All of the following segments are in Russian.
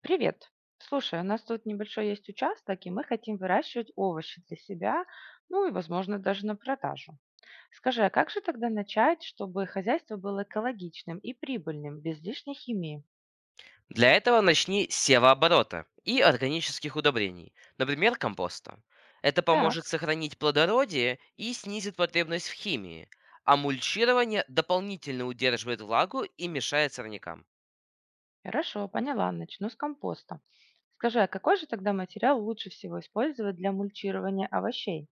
Привет. Слушай, у нас тут небольшой есть участок, и мы хотим выращивать овощи для себя, ну и, возможно, даже на продажу. Скажи, а как же тогда начать, чтобы хозяйство было экологичным и прибыльным, без лишней химии? Для этого начни с севооборота и органических удобрений, например, компоста. Это поможет Так, сохранить плодородие и снизит потребность в химии, а мульчирование дополнительно удерживает влагу и мешает сорнякам. хорошо, поняла, начну с компоста. Скажи, а какой же тогда материал лучше всего использовать для мульчирования овощей?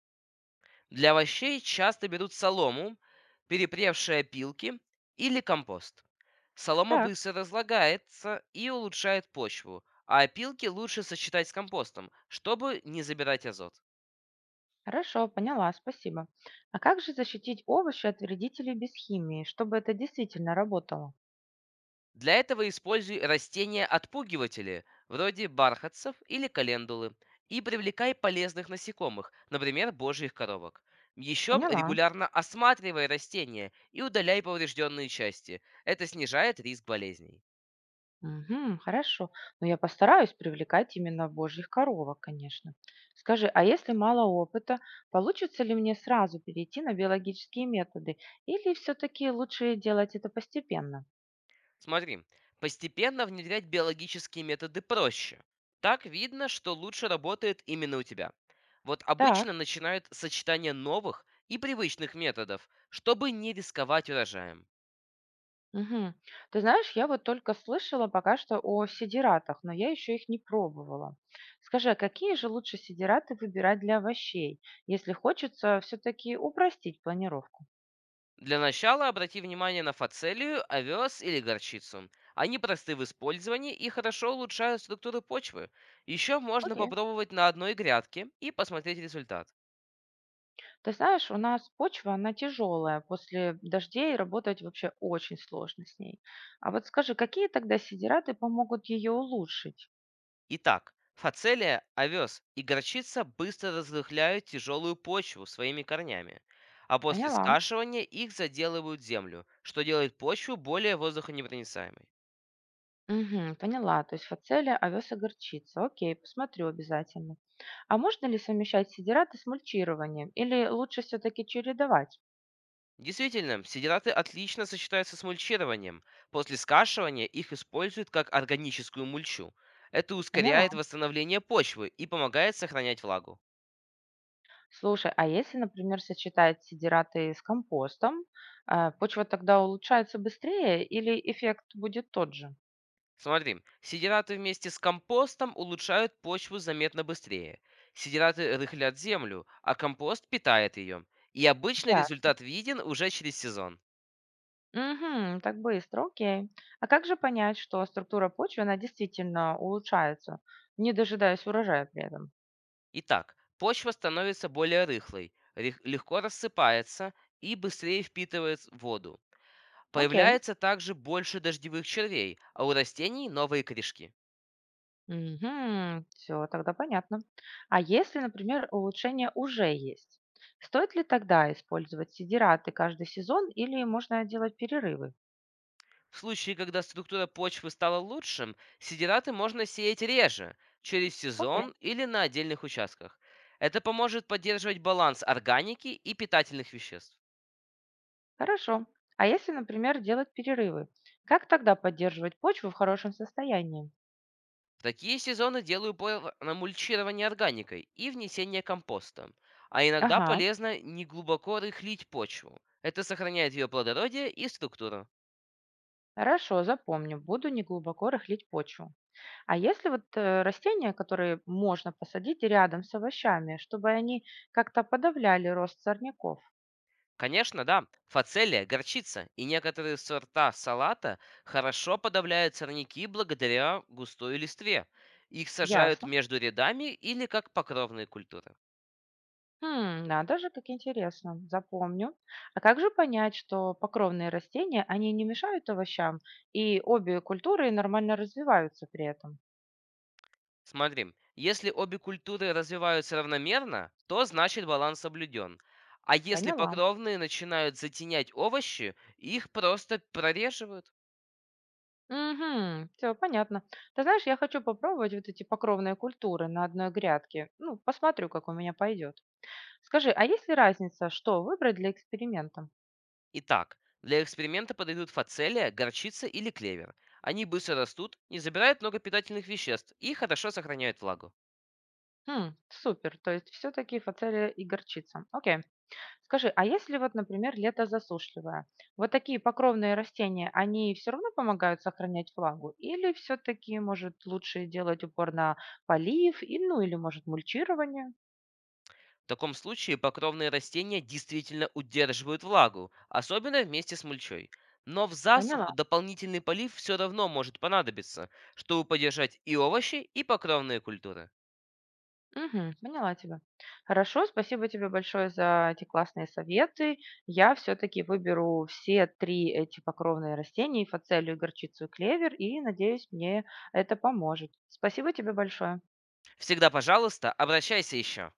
Для овощей часто берут солому, перепревшие опилки или компост. Солома Так, быстро разлагается и улучшает почву, а опилки лучше сочетать с компостом, чтобы не забирать азот. хорошо, поняла, спасибо. А как же защитить овощи от вредителей без химии, чтобы это действительно работало? Для этого используй растения-отпугиватели, вроде бархатцев или календулы, и привлекай полезных насекомых, например, божьих коровок. Еще Поняла. регулярно осматривай растения и удаляй поврежденные части. Это снижает риск болезней. Мгм. Хорошо. Но я постараюсь привлекать именно божьих коровок, конечно. Скажи, а если мало опыта, получится ли мне сразу перейти на биологические методы? Или все-таки лучше делать это постепенно? Смотри, постепенно внедрять биологические методы проще. Так видно, что лучше работает именно у тебя. Вот обычно Так. начинают сочетание новых и привычных методов, чтобы не рисковать урожаем. Мгм. Ты знаешь, я вот только слышала пока что о сидератах, но я еще их не пробовала. Скажи, а какие же лучше сидераты выбирать для овощей, если хочется все-таки упростить планировку? Для начала обрати внимание на фацелию, овес или горчицу. Они просты в использовании и хорошо улучшают структуру почвы. Еще можно Окей. попробовать на одной грядке и посмотреть результат. Ты знаешь, у нас почва, она тяжелая. После дождей работать вообще очень сложно с ней. А вот скажи, какие тогда сидираты помогут ее улучшить? Итак, фацелия, овес и горчица быстро разрыхляют тяжелую почву своими корнями, а после Поняла. скашивания их заделывают в землю, что делает почву более воздухонепроницаемой. Мгм, поняла. То есть фацелия, овес и горчица. Окей, посмотрю обязательно. А можно ли совмещать сидираты с мульчированием? Или лучше все-таки чередовать? Действительно, сидираты отлично сочетаются с мульчированием. После скашивания их используют как органическую мульчу. Это Поняла. ускоряет восстановление почвы и помогает сохранять влагу. Слушай, а если, например, сочетать сидираты с компостом, а, почва тогда улучшается быстрее или эффект будет тот же? Смотри, сидираты вместе с компостом улучшают почву заметно быстрее. Сидираты рыхлят землю, а компост питает ее. И обычно Ясно. результат виден уже через сезон. Мгм. Так быстро, окей. А как же понять, что структура почвы, она действительно улучшается, не дожидаясь урожая при этом? Итак, почва становится более рыхлой, легко рассыпается и быстрее впитывает воду. Окей. Появляется также больше дождевых червей, а у растений новые корешки. Угу. Все, тогда понятно. А если, например, улучшение уже есть, стоит ли тогда использовать сидираты каждый сезон или можно делать перерывы? В случае, когда структура почвы стала лучшим, сидираты можно сеять реже, через Окей, сезон или на отдельных участках. Это поможет поддерживать баланс органики и питательных веществ. хорошо. А если, например, делать перерывы, как тогда поддерживать почву в хорошем состоянии? В такие сезоны делаю упор на мульчирование органикой и внесение компоста. А иногда Ага, полезно неглубоко рыхлить почву. Это сохраняет ее плодородие и структуру. хорошо, запомню. Буду неглубоко рыхлить почву. А если вот растения, которые можно посадить рядом с овощами, чтобы они как-то подавляли рост сорняков? Конечно, да. Фацелия, горчица и некоторые сорта салата хорошо подавляют сорняки благодаря густой листве. Их сажают Ясно. между рядами или как покровные культуры. Хм, надо же, как интересно, запомню. А как же понять, что покровные растения, они не мешают овощам, и обе культуры нормально развиваются при этом? Смотри, если обе культуры развиваются равномерно, то значит баланс соблюден. А если Поняла. покровные начинают затенять овощи, их просто прореживают. Угу, все понятно. Ты знаешь, я хочу попробовать вот эти покровные культуры на одной грядке. Ну, посмотрю, как у меня пойдет. Скажи, а есть ли разница, что выбрать для эксперимента? Итак, для эксперимента подойдут фацелия, горчица или клевер. Они быстро растут, не забирают много питательных веществ и хорошо сохраняют влагу. М, супер, то есть все таки фацелия и горчица. Окей. Скажи, а если вот, например, лето засушливое, вот такие покровные растения, они все равно помогают сохранять влагу? Или все таки может, лучше делать упор на полив, и, ну, или, может, мульчирование? В таком случае покровные растения действительно удерживают влагу, особенно вместе с мульчой. Но в Поняла. засуху дополнительный полив все равно может понадобиться, чтобы поддержать и овощи, и покровные культуры. Мгм, поняла тебя. Хорошо, спасибо тебе большое за эти классные советы. Я все таки выберу все 3 эти покровные растения: и фацелию, и горчицу, и клевер, и, надеюсь, мне это поможет. Спасибо тебе большое. Всегда, пожалуйста, обращайся еще.